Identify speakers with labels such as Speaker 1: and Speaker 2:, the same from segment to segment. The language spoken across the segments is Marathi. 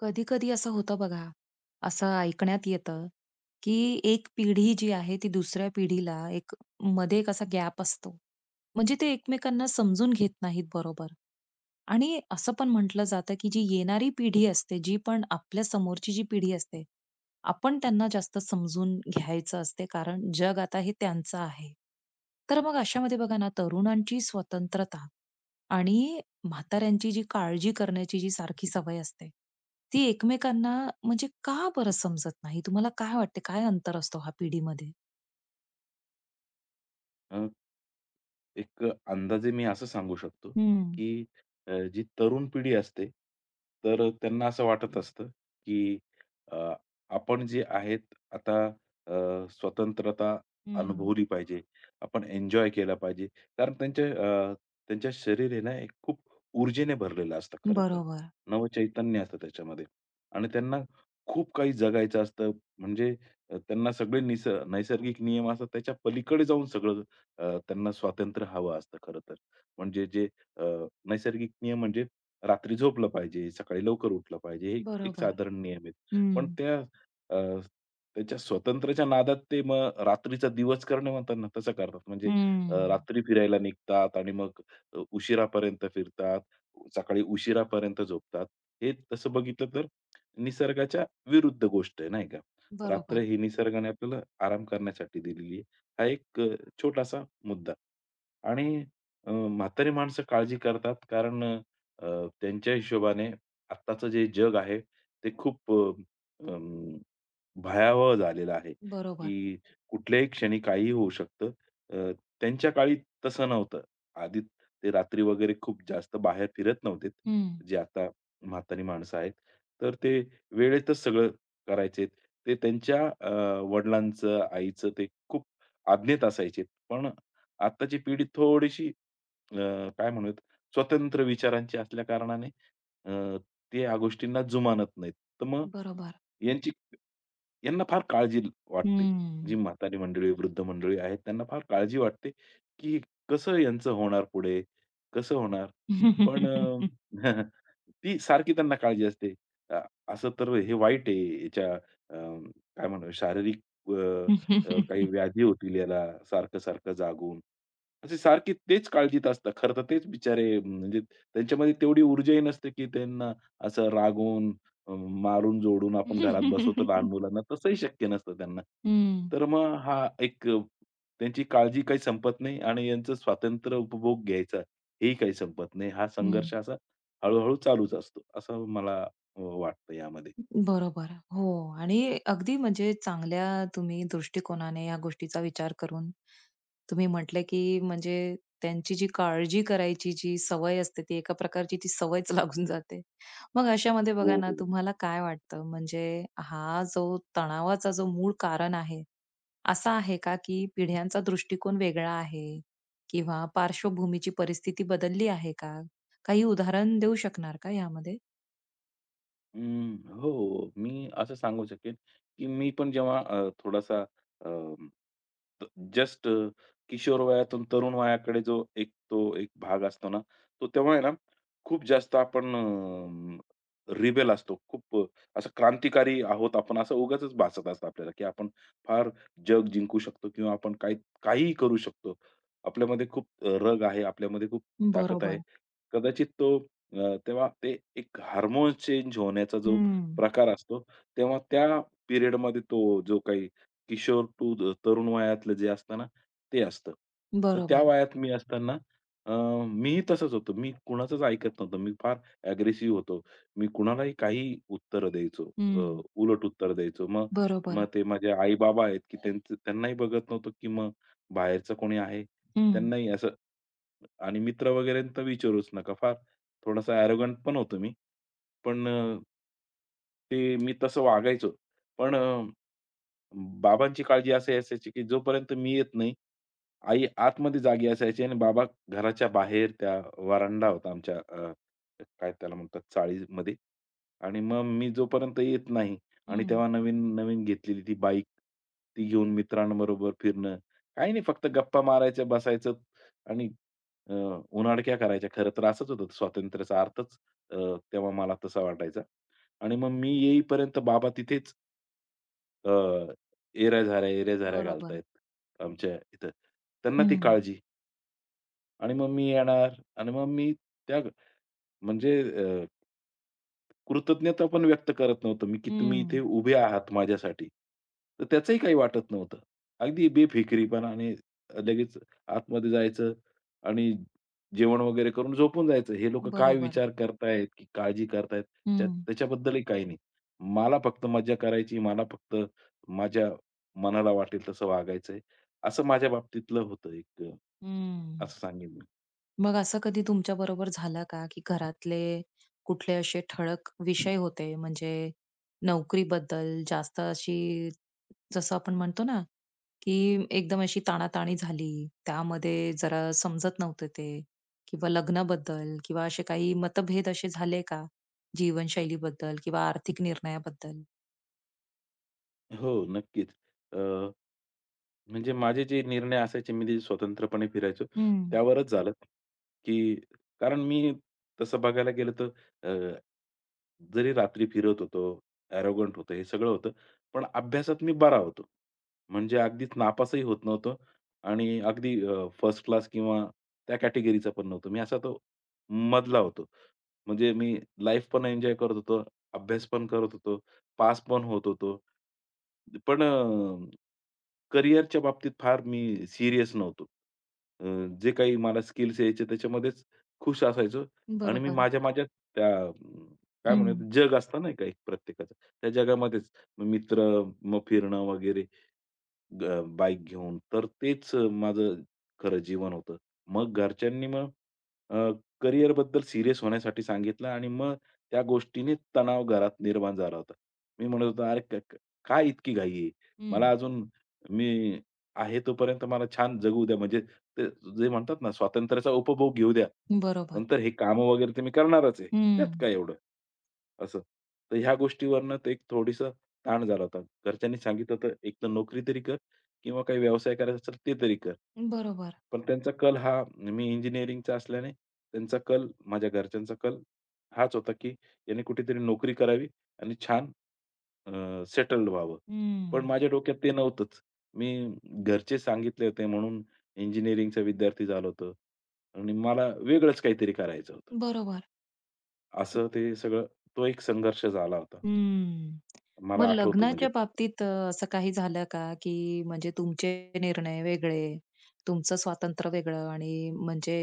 Speaker 1: कधी-कधी असं होतं बघा, असं ऐकण्यात येतं, की एक पिढी जी आहे ती दुसऱ्या पिढीला एक मध्ये एक असा गॅप असतो. म्हणजे ते एकमेकांना समजून घेत नाहीत बरोबर. आणि असं पण म्हटलं जातं, की जी येणारी पिढी असते, जी पण आपल्या समोरची जी पिढी असते, आपण त्यांना जास्त समजून घ्यायचं असते, कारण जग आता हे त्यांचं आहे. तर मग अशामध्ये बघा ना, तरुणांची स्वतंत्रता आणि म्हाताऱ्यांची जी काळजी करण्याची जी सारखी सवय असते, ती एकमेकांना म्हणजे का बरं समजत नाही? तुम्हाला काय वाटते, काय अंतर असतो हा पिढीमध्ये?
Speaker 2: अ, एक अंदाजे मी असं सांगू शकतो,
Speaker 1: हं,
Speaker 2: की जी तरुण पिढी असते, तर त्यांना असं वाटत असतं, की अ, आपण जे आहेत आता स्वतंत्रता
Speaker 1: हं.
Speaker 2: अनुभवली पाहिजे. आपण एन्जॉय केला पाहिजे. कारण अ, त्यांच्या शरीर आहे ना, एक खूप ऊर्जेने भरलेलं असतं खरं तर.
Speaker 1: बरोबर,
Speaker 2: नवचैतन्य असतं त्याच्यामध्ये आणि त्यांना खूप काही जगायचं असतं. म्हणजे त्यांना सगळे नैसर्गिक नियम असतात त्याच्या पलीकडे जाऊन सगळं त्यांना स्वातंत्र्य हवं असतं खरं तर. म्हणजे जे अ, नैसर्गिक नियम म्हणजे रात्री झोपलं पाहिजे, सकाळी लवकर उठलं पाहिजे, हे एक
Speaker 1: बरोबर.
Speaker 2: साधारण नियम आहेत. पण
Speaker 1: हं.
Speaker 2: अ, त्याच्या स्वतंत्र्याच्या नादात ते मग रात्रीचा दिवस करणे म्हणतात ना, तसं करतात. म्हणजे
Speaker 1: हं.
Speaker 2: रात्री फिरायला निघतात आणि मग उशिरापर्यंत फिरतात, सकाळी उशिरापर्यंत झोपतात. हे तसं बघितलं तर निसर्गाच्या विरुद्ध गोष्ट आहे, नाही का? रात्र
Speaker 1: बरोबर,
Speaker 2: ही निसर्गाने आपल्याला आराम करण्यासाठी दिलेली आहे. हा एक छोटासा मुद्दा. आणि म्हातारी माणसं काळजी करतात कारण त्यांच्या हिशोबाने आत्ताचं जे जग आहे ते खूप भयावह झालेलं आहे,
Speaker 1: बरोबर,
Speaker 2: की कुठल्याही क्षणी काहीही होऊ शकतं. अ, त्यांच्या काळी तसं नव्हतं. आधी ते रात्री वगैरे खूप जास्त बाहेर फिरत नव्हते,
Speaker 1: हं.
Speaker 2: जे आता म्हातारी माणसं आहेत. तर ते वेळेतच सगळं करायचे. ते त्यांच्या वडिलांचं, आईचं ते खूप आज्ञेत असायचे. पण आत्ताची पिढी थोडीशी अ, काय म्हणूयात स्वतंत्र विचारांची असल्या कारणाने अ, ते या गोष्टींना जुमानत नाहीत. तर मग
Speaker 1: बरोबर.
Speaker 2: यांची यांना फार काळजी वाटते. जी
Speaker 1: हं.
Speaker 2: म्हातारी मंडळी, वृद्ध मंडळी आहेत, त्यांना फार काळजी वाटते, की कसं यांचं होणार पुढे? कसं होणार? पण ती सारखी त्यांना काळजी असते. अ, असं तर हे वाईट आहे. याच्या काय म्हणू शारीरिक अ, अ, काही व्याधी होतील याला सारखं-सारखं जागून. अशी सारखी तेच काळजीत असतात. खरं तर तेच बिचारे म्हणजे त्यांच्यामध्ये तेवढी ऊर्जाही नसते, की त्यांना असं रागवून मारून-जोडून आपण
Speaker 1: हं,
Speaker 2: घरात बसवतो
Speaker 1: हं.
Speaker 2: लहान मुलांना, तसंही शक्य नसतं त्यांना. तर मग हा एक त्यांची काळजी काही संपत नाही आणि यांचं स्वातंत्र्य उपभोग घ्यायचा हेही काही संपत नाही. हा संघर्ष असा हळू चालूच असतो, असं मला वाटतं यामध्ये.
Speaker 1: बरोबर. हो. आणि अगदी म्हणजे चांगल्या तुम्ही दृष्टिकोनाने या गोष्टीचा विचार करून तुम्ही म्हटलं, की म्हणजे त्यांची जी काळजी करायची जी सवय असते, ती एका प्रकारची ती सवयच लागून जाते. मग अशामध्ये
Speaker 2: हो,
Speaker 1: बघा ना,
Speaker 2: हो.
Speaker 1: तुम्हाला काय वाटतं म्हणजे हा जो तणावाचा जो मूळ कारण आहे, असा आहे का, की पिढ्यांचा दृष्टिकोन वेगळा आहे किंवा पार्श्वभूमीची परिस्थिती बदलली आहे का? काही उदाहरण देऊ शकणार का यामध्ये?
Speaker 2: अं, हो, हो. मी असं सांगू शकेन, की मी पण जेव्हा थोडासा जस्ट किशोर वयातून तरुण वयाकडे जो एक तो एक भाग असतो ना, तो तेव्हा आहे ना, खूप जास्त आपण रिबेल असतो. खूप असं क्रांतिकारी आहोत आपण असं उगाचच भासत असतं आपल्याला, की आपण फार जग जिंकू शकतो किंवा आपण काही काहीही करू शकतो. आपल्यामध्ये खूप रग आहे, आपल्यामध्ये खूप ताकद आहे.
Speaker 1: बरोबर.
Speaker 2: कदाचित तो तेव्हा ते एक हार्मोन चेंज होण्याचा जो
Speaker 1: हं.
Speaker 2: प्रकार असतो, तेव्हा त्या पिरियडमध्ये तो जो काही किशोर टू द तरुण वयातलं जे असतं ना, ते असतं. तर त्या
Speaker 1: बरोबर.
Speaker 2: वयात मी असताना अ, मीही तसंच होतो. मी कुणाचंच ऐकत नव्हतो. मी फार अग्रेसिव्ह होतो. मी कुणालाही काही उत्तर द्यायचो.
Speaker 1: हं.
Speaker 2: उलट उत्तर द्यायचो. मग मग
Speaker 1: बरोबर.
Speaker 2: ते माझे आई-बाबा आहेत, की त्यांचं त्यांनाही बघत नव्हतो, की मग बाहेरचं कोणी आहे?
Speaker 1: हं,
Speaker 2: त्यांनाही असं आणि मित्र वगैरे तर विचारूच नका. फार थोडासा ॲरोगंट पण होतो मी. पण अ, ते मी तसं वागायचो. पण अ, बाबांची काळजी अशी असायची, की जोपर्यंत मी येत नाही, आई आतमध्ये जागी असायची आणि बाबा घराच्या बाहेर त्या व्हरांडा होता आमच्या काय त्याला म्हणतात चाळीमध्ये आणि मग मी जोपर्यंत येत नाही आणि
Speaker 1: हं.
Speaker 2: तेव्हा नवीन-नवीन घेतलेली ती बाईक, ती घेऊन मित्रांबरोबर फिरणं. काही नाही फक्त गप्पा मारायच्या, बसायचं आणि अ, उनाडक्या करायच्या. खरं तर असंच होतं स्वातंत्र्याचा अर्थच अ, तेव्हा मला तसा वाटायचा आणि मग मी येईपर्यंत बाबा तिथेच अ, एऱ्या-झाऱ्या, एऱ्या-झाऱ्या
Speaker 1: बरोबर.
Speaker 2: घालतायत आमच्या इथं. त्यांना ती
Speaker 1: हं,
Speaker 2: काळजी आणि मग मी येणार आणि मग मी त्या म्हणजे कृतज्ञता पण व्यक्त करत नव्हतो मी, की तुम्ही इथे
Speaker 1: हं.
Speaker 2: उभे आहात माझ्यासाठी. तर त्याचंही काही वाटत नव्हतं. अगदी बेफिकिरीपणा आणि लगेच आतमध्ये जायचं आणि जेवण वगैरे करून झोपून जायचं. हे लोकं काय
Speaker 1: बरोबर.
Speaker 2: विचार करतायत, की काळजी करतायत त्या
Speaker 1: हं,
Speaker 2: त्याच्याबद्दलही काही नाही. मला फक्त मज्जा करायची, मला फक्त माझ्या मनाला वाटेल तसं वागायचंय. असं माझ्या बाबतीतलं होतं एक
Speaker 1: हं.
Speaker 2: असं सांगेन मी.
Speaker 1: मग असं कधी तुमच्याबरोबर झालं का, की घरातले कुठले असे ठळक विषय होते, म्हणजे नोकरीबद्दल जास्त अशी जसं आपण म्हणतो ना, की एकदम अशी ताणाताणी झाली, त्यामध्ये जरा समजत नव्हते ते किंवा लग्नाबद्दल किंवा असे काही मतभेद असे झाले का जीवनशैलीबद्दल किंवा आर्थिक निर्णयाबद्दल?
Speaker 2: हो, नक्कीच. अ, म्हणजे माझे जे निर्णय असायचे, मी जे स्वतंत्रपणे फिरायचो,
Speaker 1: हं,
Speaker 2: त्यावरच झालं, की कारण मी तसं बघायला गेलं तर अ, जरी रात्री फिरत होतो, ॲरोगंट होतो, हे सगळं होतं, पण अभ्यासात मी बरा होतो. म्हणजे अगदीच नापासही होत नव्हतो आणि अगदी फर्स्ट क्लास किंवा त्या कॅटेगरीचा पण नव्हतो. मी असा तो मधला होतो. म्हणजे मी लाईफ पण एन्जॉय करत होतो, अभ्यास पण करत होतो पास पण होत होतो. पण अ, करिअरच्या बाबतीत फार मी सीरियस नव्हतो. अ, जे काही मला स्किल्स यायचे त्याच्यामध्येच खुश असायचो आणि मी
Speaker 1: बरोबर.
Speaker 2: माझ्या माझ्या त्या काय म्हणूयात
Speaker 1: हं,
Speaker 2: जग असतं ना, का एक प्रत्येकाचं, त्या जगामध्येच मग मित्र, मग फिरणं वगैरे ग बाईक घेऊन. तर तेच माझं खरं जीवन होतं. मग घरच्यांनी अ, करिअरबद्दल सीरियस होण्यासाठी सांगितलं आणि मग त्या गोष्टीने तणाव घरात निर्माण झाला होता. मी म्हणत होतो, "अरे क क काय इतकी घाई आहे? मला
Speaker 1: हं,
Speaker 2: अजून मी आहे तोपर्यंत मला छान जगू द्या." म्हणजे ते जे म्हणतात ना, स्वातंत्र्याचा उपभोग घेऊ द्या.
Speaker 1: बरोबर.
Speaker 2: नंतर हे कामं वगैरे तर मी करणारच आहे. त्यात
Speaker 1: हं,
Speaker 2: काय एवढं? असं. तर ह्या गोष्टीवरनं ते एक थोडीसं ताण झाला होता. घरच्यांनी सांगितलं होतं, "एक तर नोकरी तरी किंवा काही व्यवसाय करायचा असेल ते तरी कर.
Speaker 1: बरोबर.
Speaker 2: पण त्यांचा कल हा मी इंजिनिअरिंगचा असल्याने त्यांचा कल, माझ्या घरच्यांचा कल हाच होता, की याने कुठेतरी नोकरी करावी आणि छान सेटल्ड व्हावं.
Speaker 1: हं,
Speaker 2: पण माझ्या डोक्यात ते नव्हतंच. मी घरचे सांगितले होते म्हणून इंजिनिअरिंगचा विद्यार्थी झालो होतो आणि मला वेगळंच काहीतरी करायचं होतं.
Speaker 1: बरोबर.
Speaker 2: असं ते सगळं तो एक संघर्ष झाला होता.
Speaker 1: हं. मग
Speaker 2: मला आठवतो म्हणजे
Speaker 1: लग्नाच्या बाबतीत असं काही झालं का, की म्हणजे तुमचे निर्णय वेगळे, तुमचं स्वातंत्र्य वेगळं आणि म्हणजे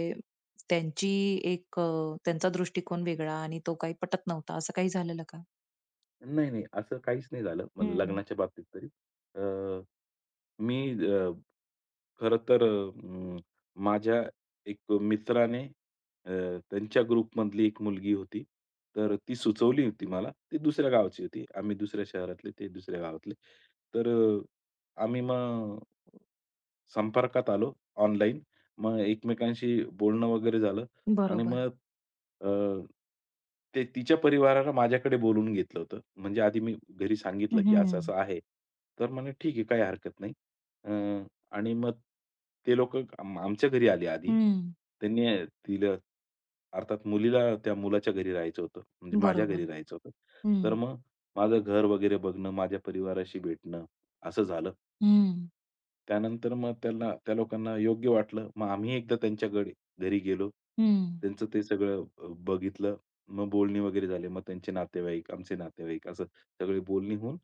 Speaker 1: त्यांची एक त्यांचा दृष्टिकोन वेगळा आणि तो काही पटत नव्हता, असं काही झालेलं का?
Speaker 2: नाही, नाही. असं काहीच नाही झालं
Speaker 1: हं,
Speaker 2: लग्नाच्या बाबतीत तरी. अ, मी खरं तर माझ्या एक मित्राने अ, त्यांच्या ग्रुपमधली एक मुलगी होती. तर ती सुचवली होती मला. ती दुसऱ्या गावाची होती. आम्ही दुसऱ्या शहरातले, ते दुसऱ्या गावातले. तर आम्ही मग संपर्कात आलो ऑनलाईन. मग एकमेकांशी बोलणं वगैरे झालं आणि
Speaker 1: बरोबर.
Speaker 2: मग अ, ते तिच्या परिवाराला माझ्याकडे बोलवून घेतलं होतं. म्हणजे आधी मी घरी सांगितलं, की असं-असं
Speaker 1: हं,
Speaker 2: आहे. तर म्हणे, "ठीक आहे, काही हरकत नाही." अ, आणि मग ते लोकं आमच्या घरी आले आधी.
Speaker 1: हं,
Speaker 2: त्यांनी तिला अर्थात मुलीला त्या मुलाच्या घरी राहायचं होतं. म्हणजे माझ्या घरी
Speaker 1: बरोबर.
Speaker 2: राहायचं होतं.
Speaker 1: हं,
Speaker 2: तर मग माझं घर वगैरे बघणं, माझ्या परिवाराशी भेटणं असं झालं.
Speaker 1: हं,
Speaker 2: त्यानंतर मग त्यांना त्या लोकांना योग्य वाटलं. मग आम्ही एकदा त्यांच्या घरी गेलो.
Speaker 1: हं.
Speaker 2: त्यांचं ते सगळं बघितलं. मग बोलणी वगैरे झाली. मग त्यांचे नातेवाईक, आमचे नातेवाईक असं सगळी बोलणी होऊन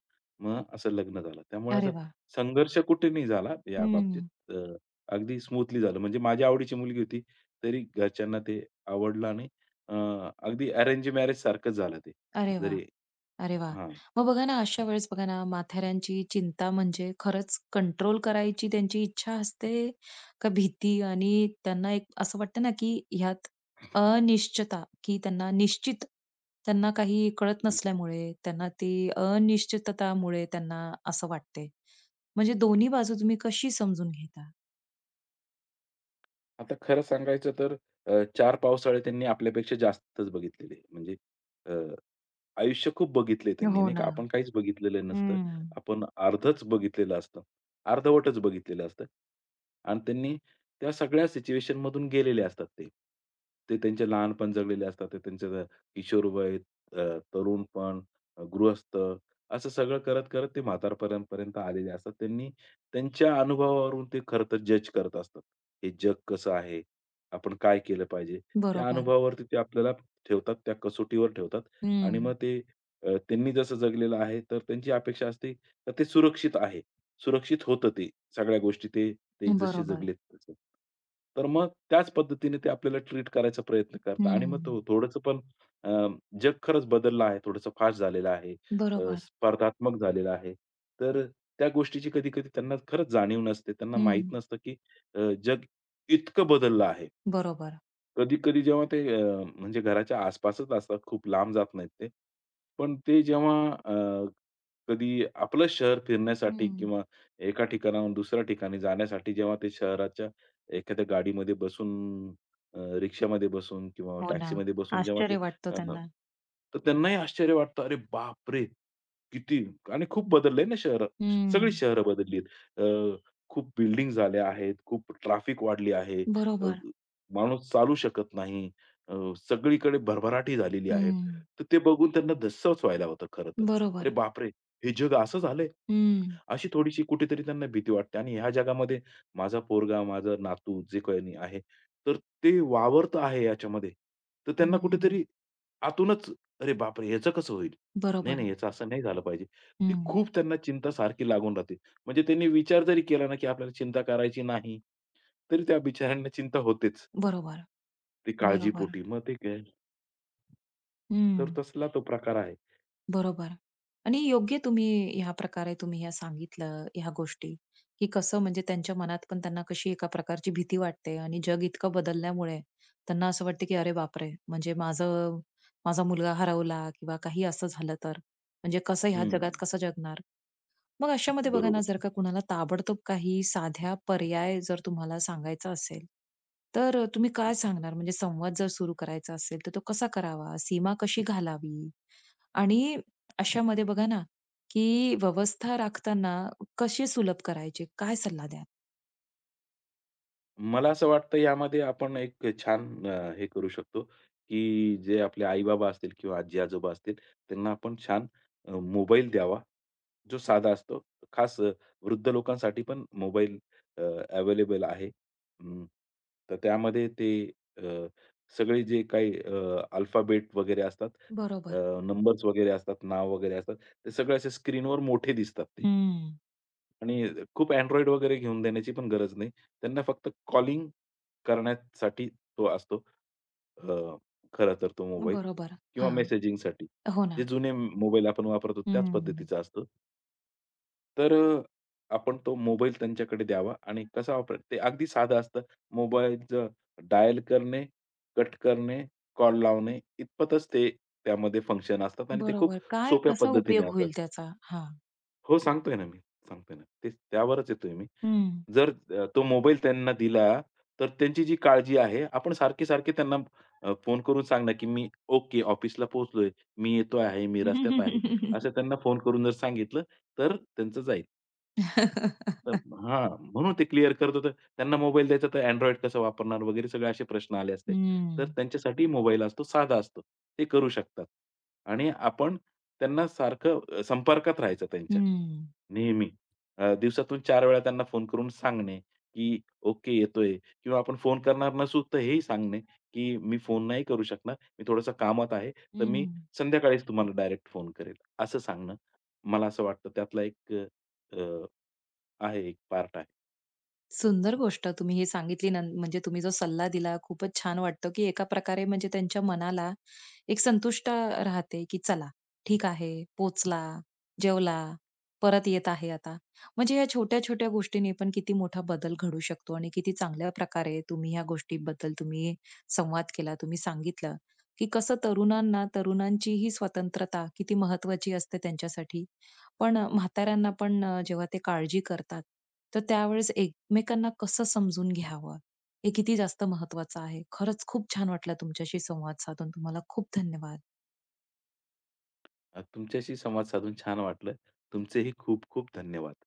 Speaker 2: मग असं लग्न झालं. त्यामुळे
Speaker 1: अरे
Speaker 2: असं
Speaker 1: वाह!
Speaker 2: संघर्ष कुठे नाही झाला या बाबतीत.
Speaker 1: हं,
Speaker 2: अ, अगदी स्मूथली झालं. म्हणजे माझ्या आवडीची मुलगी होती, तरी घरच्यांना ते आवडलं आणि अ, अगदी अरेंज मॅरेज सारखंच झालं ते.
Speaker 1: अरे वाह!
Speaker 2: जरी
Speaker 1: अरे वा
Speaker 2: हां.
Speaker 1: मग बघा ना, अशा वेळेस बघा ना, म्हाताऱ्यांची चिंता म्हणजे खरंच कंट्रोल करायची त्यांची इच्छा असते का भीती? आणि त्यांना एक असं वाटतं ना, की ह्यात अनिश्चितता, की त्यांना निश्चित त्यांना काही कळत नसल्यामुळे, त्यांना ती अनिश्चिततामुळे त्यांना असं वाटते. म्हणजे दोन्ही बाजू तुम्ही कशी समजून घेता?
Speaker 2: आता खरं सांगायचं तर 4 पावसाळे त्यांनी आपल्यापेक्षा जास्तच बघितलेले. म्हणजे अ, आयुष्य खूप बघितलंय त्यांनी
Speaker 1: हो
Speaker 2: नाही का.
Speaker 1: ना.
Speaker 2: आपण काहीच बघितलेलं नसतं.
Speaker 1: हं.
Speaker 2: आपण अर्धच बघितलेलं असतं. अर्धवटच बघितलेलं असतं. आणि त्यांनी त्या सगळ्या सिच्युएशनमधून गेलेले असतात ते. ते त्यांचे लहानपण जगलेले असतात. ते त्यांचं किशोरवय, अ, तरुणपण, गृहस्थ असं सगळं करत-करत ते म्हातारपणापर्यंत आलेले असतात. त्यांनी त्यांच्या अनुभवावरून ते खरं तर जज करत असतात. हे जग कसं आहे? आपण काय केलं पाहिजे? त्या
Speaker 1: बरोबर.
Speaker 2: अनुभवावरती ते आपल्याला ठेवतात, त्या कसोटीवर ठेवतात आणि मग
Speaker 1: हं.
Speaker 2: ते त्यांनी जसं जगलेलं आहे, तर त्यांची अपेक्षा असते तर ते सुरक्षित आहे. सुरक्षित होतं ते सगळ्या गोष्टी ते ते जसे
Speaker 1: बरोबर.
Speaker 2: जगलेत तसे. तर मग त्याच पद्धतीने ते आपल्याला ट्रीट करायचा प्रयत्न करतात आणि मग
Speaker 1: हं.
Speaker 2: तो थोडंसं पण अ, जग खरंच बदललं आहे, थोडंसं फास्ट झालेलं आहे.
Speaker 1: बरोबर.
Speaker 2: स्पर्धात्मक झालेलं आहे. तर त्या गोष्टीची कधी-कधी त्यांना खरंच जाणीव नसते. त्यांना
Speaker 1: हं.
Speaker 2: माहीत नसतं, की जग इतकं बदललं आहे.
Speaker 1: बरोबर.
Speaker 2: कधी-कधी जेव्हा ते म्हणजे घराच्या आसपासच असतात, खूप लांब जात नाहीत ते. पण ते जेव्हा अ, कधी आपलं शहर फिरण्यासाठी
Speaker 1: हं.
Speaker 2: किंवा एका ठिकाणाहून दुसऱ्या ठिकाणी जाण्यासाठी जेव्हा ते शहराच्या एखाद्या गाडीमध्ये बसून, रिक्षामध्ये बसून किंवा
Speaker 1: हो ना.
Speaker 2: टॅक्सीमध्ये बसून जेव्हा ते
Speaker 1: आश्चर्य वाटतं
Speaker 2: अ,
Speaker 1: त्यांना.
Speaker 2: तर त्यांनाही आश्चर्य वाटतं, "अरे बापरे! किती" आणि खूप बदललंय ना शहरं. सगळी
Speaker 1: हं.
Speaker 2: शहरं बदलली आहेत. खूप बिल्डिंग झाल्या आहेत, खूप ट्रॅफिक वाढली आहे.
Speaker 1: बरोबर.
Speaker 2: माणूस चालू शकत नाही. अ, सगळीकडे भरभराटी झालेली आहे.
Speaker 1: हं.
Speaker 2: तर ते बघून त्यांना धस्सच व्हायला होतं खरं तर. अरे
Speaker 1: बरोबर.
Speaker 2: बापरे! हे जग असं झालंय?
Speaker 1: हं.
Speaker 2: अशी थोडीशी कुठेतरी त्यांना भीती वाटते आणि ह्या जगामध्ये माझा पोरगा, माझा नातू जे कोणी आहे, तर ते वावरत आहे याच्यामध्ये. तर त्यांना
Speaker 1: हं.
Speaker 2: कुठेतरी आतूनच "अरे बापरे! ह्याचं कसं होईल? नाही,
Speaker 1: बरोबर.
Speaker 2: नाही याचं असं नाही झालं पाहिजे." ती
Speaker 1: हं.
Speaker 2: खूप त्यांना चिंता सारखी लागून राहते. म्हणजे त्यांनी विचार जरी केला ना, की आपल्याला चिंता करायची नाही, तरी त्या बिचाऱ्यांना चिंता होतेच.
Speaker 1: बरोबर.
Speaker 2: ते
Speaker 1: बरोबर.
Speaker 2: काळजीपोटी. मग ते काय तर
Speaker 1: हं.
Speaker 2: तसला तो प्रकार आहे.
Speaker 1: बरोबर. आणि योग्य तुम्ही ह्या प्रकारे तुम्ही ह्या सांगितलं ह्या गोष्टी, की कसं म्हणजे त्यांच्या मनात पण त्यांना कशी एका प्रकारची भीती वाटते आणि जग इतकं बदलल्यामुळे त्यांना असं वाटतं, की "अरे बापरे! म्हणजे माझं माझा मुलगा हरवला किंवा काही असं झालं तर म्हणजे कसं ह्या
Speaker 2: हं.
Speaker 1: जगात कसं जगणार?" मग अशामध्ये बघा ना,
Speaker 2: बरोबर.
Speaker 1: जर का कुणाला ताबडतोब काही साध्या पर्याय जर तुम्हाला सांगायचा असेल, तर तुम्ही काय सांगणार? म्हणजे संवाद जर सुरू करायचा असेल, तर तो कसा करावा? सीमा कशी घालावी? आणि अशामध्ये बघा ना, की व्यवस्था राखताना कशी सुलभ करायचे? काय सल्ला द्याल?
Speaker 2: मला असं वाटतं यामध्ये आपण एक छान हे करू शकतो, की जे आपले आई-बाबा असतील किंवा आजी-आजोबा असतील, त्यांना आपण छान मोबाईल द्यावा, जो साधा असतो. खास वृद्ध लोकांसाठी पण मोबाईल अवेलेबल आहे. अं, तर त्यामध्ये ते अ, सगळे जे काही अल्फाबेट वगैरे असतात,
Speaker 1: बरोबर.
Speaker 2: नंबर्स वगैरे असतात, नाव वगैरे असतात, ते सगळे असे स्क्रीनवर मोठे दिसतात ते.
Speaker 1: हं.
Speaker 2: आणि खूप Android वगैरे घेऊन देण्याची पण गरज नाही. त्यांना फक्त कॉलिंग करण्यासाठी तो असतो अ, खरं तर तो मोबाईल
Speaker 1: बरोबर.
Speaker 2: किंवा
Speaker 1: हां.
Speaker 2: मेसेजिंगसाठी.
Speaker 1: हो ना.
Speaker 2: जे जुने मोबाईल आपण वापरतो त्याच
Speaker 1: हं.
Speaker 2: पद्धतीचा असतो. तर आपण तो मोबाईल त्यांच्याकडे द्यावा आणि कसा वापरायचा ते अगदी साधं असतं. मोबाईलचं डायल करणे, कट करणे, कॉल लावणे इतपतच ते त्यामध्ये फंक्शन असतात आणि ते खूप
Speaker 1: बरोबर. काय
Speaker 2: सोप्या
Speaker 1: कसा
Speaker 2: पद्धतीने
Speaker 1: उपयोग
Speaker 2: असतात.
Speaker 1: होईल त्याचा? हां.
Speaker 2: हो, सांगतोय ना मी, सांगतोय ना. तेच त्यावरच येतोय मी.
Speaker 1: हं.
Speaker 2: जर तो मोबाईल त्यांना दिला, तर त्यांची जी काळजी आहे, आपण सारखे-सारखे त्यांना फोन करून सांगणं, की "मी ओके, ऑफिसला पोहोचलोय, मी येतो आहे, मी रस्त्यात आहे."
Speaker 1: हं.
Speaker 2: असं त्यांना फोन करून जर सांगितलं, तर त्यांचं जाईल. तर हां, म्हणून ते क्लिअर करत होतं. त्यांना मोबाईल द्यायचा तर Android कसं वापरणार वगैरे सगळे असे प्रश्न आले असते.
Speaker 1: हं.
Speaker 2: तर त्यांच्यासाठी मोबाईल असतो, साधा असतो. ते करू शकतात. आणि आपण त्यांना सारखं संपर्कात राहायचं त्यांच्या. नेहमी. दिवसातून 4 वेळा त्यांना फोन करून सांगणे, की ओके येतोय किंवा आपण फोन करणार नसू तर हेही सांगणे, की मी फोन नाही करू शकणार. मी थोडंसं कामात आहे. तर मी
Speaker 1: हम्म.
Speaker 2: संध्याकाळीच तुम्हाला डायरेक्ट फोन करेल. असं सांगणं. मला असं वाटतं त्यातला एक अ, आहे एक पार्ट आहे.
Speaker 1: सुंदर गोष्ट तुम्ही हे सांगितली ना, म्हणजे तुम्ही जो सल्ला दिला खूपच छान वाटतं, की एका प्रकारे म्हणजे त्यांच्या मनाला एक संतुष्ट राहते, की चला ठीक आहे, पोचला जेवला, परत येत आहे आता. म्हणजे या छोट्या-छोट्या गोष्टींनी पण किती मोठा बदल घडू शकतो आणि किती चांगल्या प्रकारे तुम्ही ह्या गोष्टीबद्दल तुम्ही संवाद केला. तुम्ही सांगितलं, की कसं तरुणांना, तरुणांची ही स्वतंत्रता किती महत्त्वाची असते त्यांच्यासाठी पण म्हाताऱ्यांना पण जेव्हा ते काळजी करतात, तर त्यावेळेस एकमेकांना कसं समजून घ्यावं, हे किती जास्त महत्वाचं आहे. खरंच खूप छान वाटलं तुमच्याशी संवाद साधून. तुम्हाला खूप धन्यवाद.
Speaker 2: तुमच्याशी संवाद साधून छान वाटलं. तुमचेही खूप खूप धन्यवाद.